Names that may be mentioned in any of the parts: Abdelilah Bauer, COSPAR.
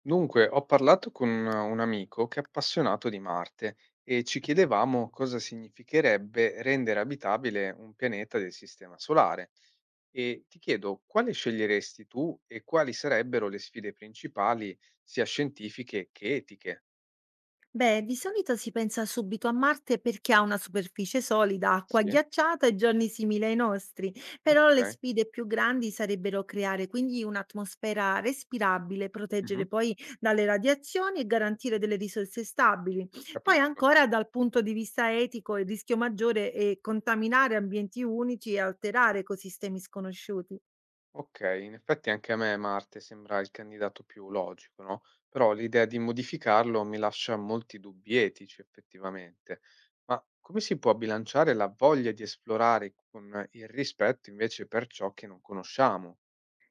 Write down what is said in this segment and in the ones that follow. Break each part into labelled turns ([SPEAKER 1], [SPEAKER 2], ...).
[SPEAKER 1] Dunque, ho parlato con un amico che è appassionato di Marte e ci chiedevamo cosa significherebbe rendere abitabile un pianeta del Sistema Solare. E ti chiedo quale sceglieresti tu e quali sarebbero le sfide principali, sia scientifiche che etiche?
[SPEAKER 2] Beh, di solito si pensa subito a Marte perché ha una superficie solida, acqua
[SPEAKER 1] Sì,
[SPEAKER 2] ghiacciata e giorni simili ai nostri, però le
[SPEAKER 1] ok,
[SPEAKER 2] sfide più grandi sarebbero creare quindi un'atmosfera respirabile,
[SPEAKER 1] mhm,
[SPEAKER 2] proteggere poi dalle radiazioni e garantire delle risorse stabili. Poi
[SPEAKER 1] capisco.
[SPEAKER 2] ancora dal punto di vista etico il rischio maggiore è contaminare ambienti unici e alterare ecosistemi sconosciuti.
[SPEAKER 1] Okay, in effetti anche a me Marte sembra il candidato più logico, no, però l'idea di modificarlo mi lascia molti dubbi etici effettivamente. Ma come si può bilanciare la voglia di esplorare con il rispetto invece per ciò che non conosciamo?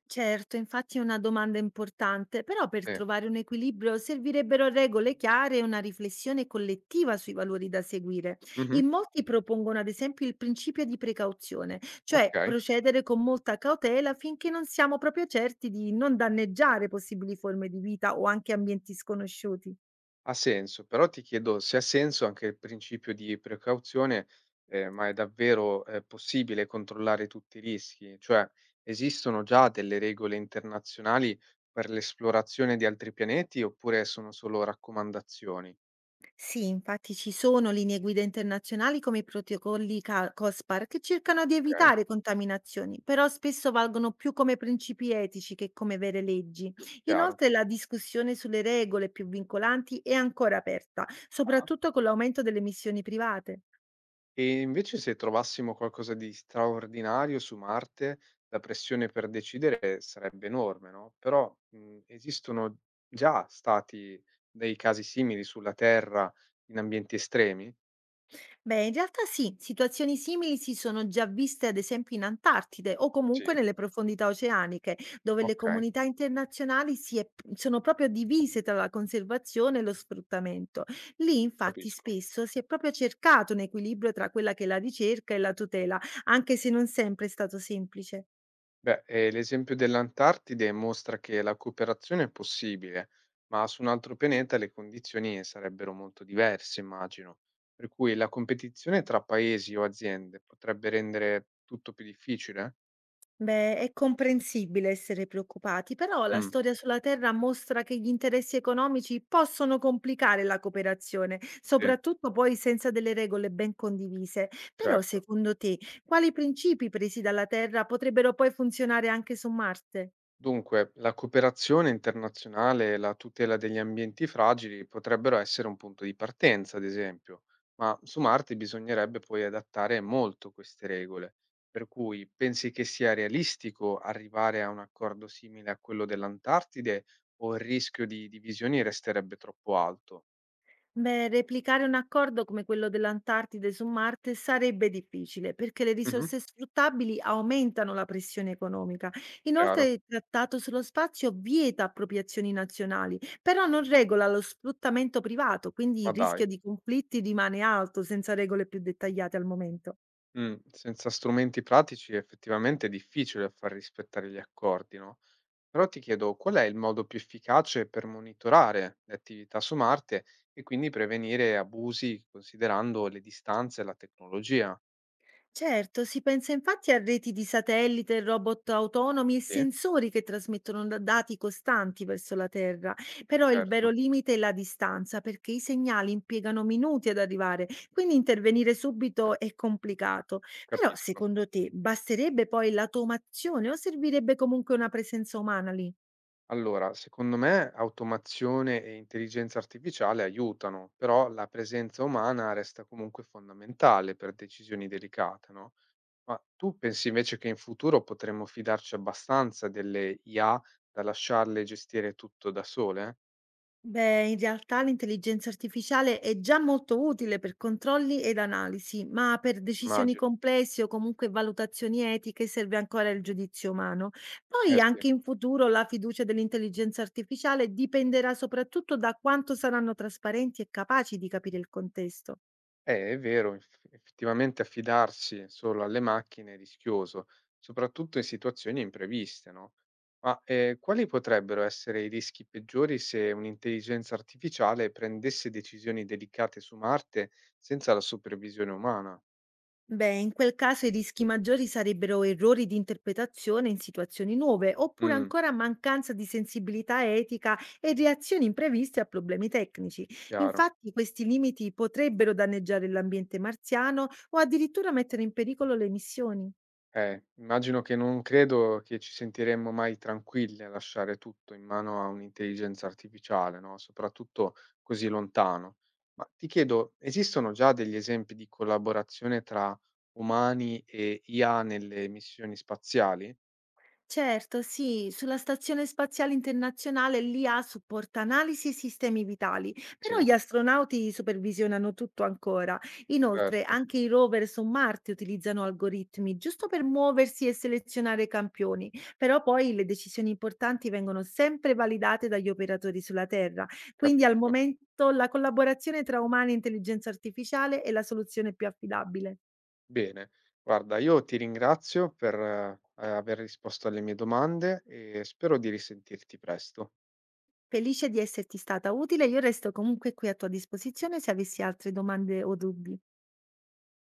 [SPEAKER 2] Certo, infatti è una domanda importante, però per
[SPEAKER 1] Eh.
[SPEAKER 2] trovare un equilibrio servirebbero regole chiare e una riflessione collettiva sui valori da seguire.
[SPEAKER 1] Mh-mh.
[SPEAKER 2] In molti propongono ad esempio il principio di precauzione, cioè
[SPEAKER 1] Okay.
[SPEAKER 2] procedere con molta cautela finché non siamo proprio certi di non danneggiare possibili forme di vita o anche ambienti sconosciuti.
[SPEAKER 1] Ha senso, però ti chiedo se ha senso anche il principio di precauzione, ma è davvero, possibile controllare tutti i rischi? Cioè, esistono già delle regole internazionali per l'esplorazione di altri pianeti oppure sono solo raccomandazioni?
[SPEAKER 2] Sì, infatti ci sono linee guida internazionali come i protocolli COSPAR che cercano di
[SPEAKER 1] Okay,
[SPEAKER 2] evitare contaminazioni, però spesso valgono più come principi etici che come vere leggi.
[SPEAKER 1] chiaro.
[SPEAKER 2] Inoltre la discussione sulle regole più vincolanti è ancora aperta,
[SPEAKER 1] Ah-ah.
[SPEAKER 2] soprattutto con l'aumento delle missioni private.
[SPEAKER 1] E invece se trovassimo qualcosa di straordinario su Marte, la pressione per decidere sarebbe enorme, no? Però, esistono già stati dei casi simili sulla Terra in ambienti estremi?
[SPEAKER 2] Beh, in realtà sì, situazioni simili si sono già viste ad esempio in Antartide o comunque
[SPEAKER 1] Sì.
[SPEAKER 2] nelle profondità oceaniche, dove le
[SPEAKER 1] Okay,
[SPEAKER 2] comunità internazionali sono proprio divise tra la conservazione e lo sfruttamento. Lì infatti
[SPEAKER 1] capisco.
[SPEAKER 2] spesso si è proprio cercato un equilibrio tra quella che è la ricerca e la tutela, anche se non sempre è stato semplice.
[SPEAKER 1] Beh, l'esempio dell'Antartide mostra che la cooperazione è possibile, ma su un altro pianeta le condizioni sarebbero molto diverse, immagino. Per cui la competizione tra paesi o aziende potrebbe rendere tutto più difficile?
[SPEAKER 2] Beh, è comprensibile essere preoccupati, però la
[SPEAKER 1] Mh,
[SPEAKER 2] storia sulla Terra mostra che gli interessi economici possono complicare la cooperazione,
[SPEAKER 1] sì,
[SPEAKER 2] soprattutto poi senza delle regole ben condivise. Però,
[SPEAKER 1] certo.
[SPEAKER 2] secondo te, quali principi presi dalla Terra potrebbero poi funzionare anche su Marte?
[SPEAKER 1] Dunque, la cooperazione internazionale e la tutela degli ambienti fragili potrebbero essere un punto di partenza, ad esempio, ma su Marte bisognerebbe poi adattare molto queste regole. Per cui pensi che sia realistico arrivare a un accordo simile a quello dell'Antartide o il rischio di divisioni resterebbe troppo alto?
[SPEAKER 2] Beh, replicare un accordo come quello dell'Antartide su Marte sarebbe difficile perché le
[SPEAKER 1] Mh-mh,
[SPEAKER 2] risorse sfruttabili aumentano la pressione economica. Inoltre,
[SPEAKER 1] chiaro,
[SPEAKER 2] il trattato sullo spazio vieta appropriazioni nazionali, però non regola lo sfruttamento privato, quindi
[SPEAKER 1] ma
[SPEAKER 2] il rischio
[SPEAKER 1] dai.
[SPEAKER 2] di conflitti rimane alto senza regole più dettagliate al momento.
[SPEAKER 1] Senza strumenti pratici effettivamente è difficile far rispettare gli accordi, no? Però ti chiedo, qual è il modo più efficace per monitorare le attività su Marte e quindi prevenire abusi considerando le distanze e la tecnologia?
[SPEAKER 2] Certo, si pensa infatti a reti di satellite, robot autonomi e
[SPEAKER 1] Sì,
[SPEAKER 2] sensori che trasmettono dati costanti verso la Terra, però il vero
[SPEAKER 1] certo,
[SPEAKER 2] limite è la distanza, perché i segnali impiegano minuti ad arrivare, quindi intervenire subito è complicato. Però
[SPEAKER 1] capisco.
[SPEAKER 2] secondo te basterebbe poi l'automazione o servirebbe comunque una presenza umana lì?
[SPEAKER 1] Allora, secondo me automazione e intelligenza artificiale aiutano, però la presenza umana resta comunque fondamentale per decisioni delicate, no? Ma tu pensi invece che in futuro potremmo fidarci abbastanza delle IA da lasciarle gestire tutto da sole?
[SPEAKER 2] Beh, in realtà l'intelligenza artificiale è già molto utile per controlli ed analisi, ma per decisioni
[SPEAKER 1] Immagino.
[SPEAKER 2] complesse o comunque valutazioni etiche serve ancora il giudizio umano.
[SPEAKER 1] Eh
[SPEAKER 2] Poi
[SPEAKER 1] sì.
[SPEAKER 2] anche in futuro la fiducia dell'intelligenza artificiale dipenderà soprattutto da quanto saranno trasparenti e capaci di capire il contesto.
[SPEAKER 1] È vero, effettivamente affidarsi solo alle macchine è rischioso, soprattutto in situazioni impreviste, no? Ma, quali potrebbero essere i rischi peggiori se un'intelligenza artificiale prendesse decisioni delicate su Marte senza la supervisione umana?
[SPEAKER 2] Beh, in quel caso i rischi maggiori sarebbero errori di interpretazione in situazioni nuove, oppure
[SPEAKER 1] Mh,
[SPEAKER 2] ancora mancanza di sensibilità etica e reazioni impreviste a problemi tecnici.
[SPEAKER 1] chiaro.
[SPEAKER 2] Infatti, questi limiti potrebbero danneggiare l'ambiente marziano o addirittura mettere in pericolo le missioni.
[SPEAKER 1] Immagino che non credo che ci sentiremmo mai tranquilli a lasciare tutto in mano a un'intelligenza artificiale, no? Soprattutto così lontano. Ma ti chiedo, esistono già degli esempi di collaborazione tra umani e IA nelle missioni spaziali?
[SPEAKER 2] Certo, sì, sulla Stazione Spaziale Internazionale l'IA supporta analisi e sistemi vitali, però
[SPEAKER 1] Sì,
[SPEAKER 2] gli astronauti supervisionano tutto ancora. Inoltre,
[SPEAKER 1] certo,
[SPEAKER 2] anche i rover su Marte utilizzano algoritmi giusto per muoversi e selezionare campioni, però poi le decisioni importanti vengono sempre validate dagli operatori sulla Terra. Quindi al
[SPEAKER 1] capisco.
[SPEAKER 2] momento la collaborazione tra umani e intelligenza artificiale è la soluzione più affidabile.
[SPEAKER 1] Bene, guarda, io ti ringrazio per aver risposto alle mie domande e spero di risentirti presto.
[SPEAKER 2] Felice di esserti stata utile, io resto comunque qui a tua disposizione se avessi altre domande o dubbi.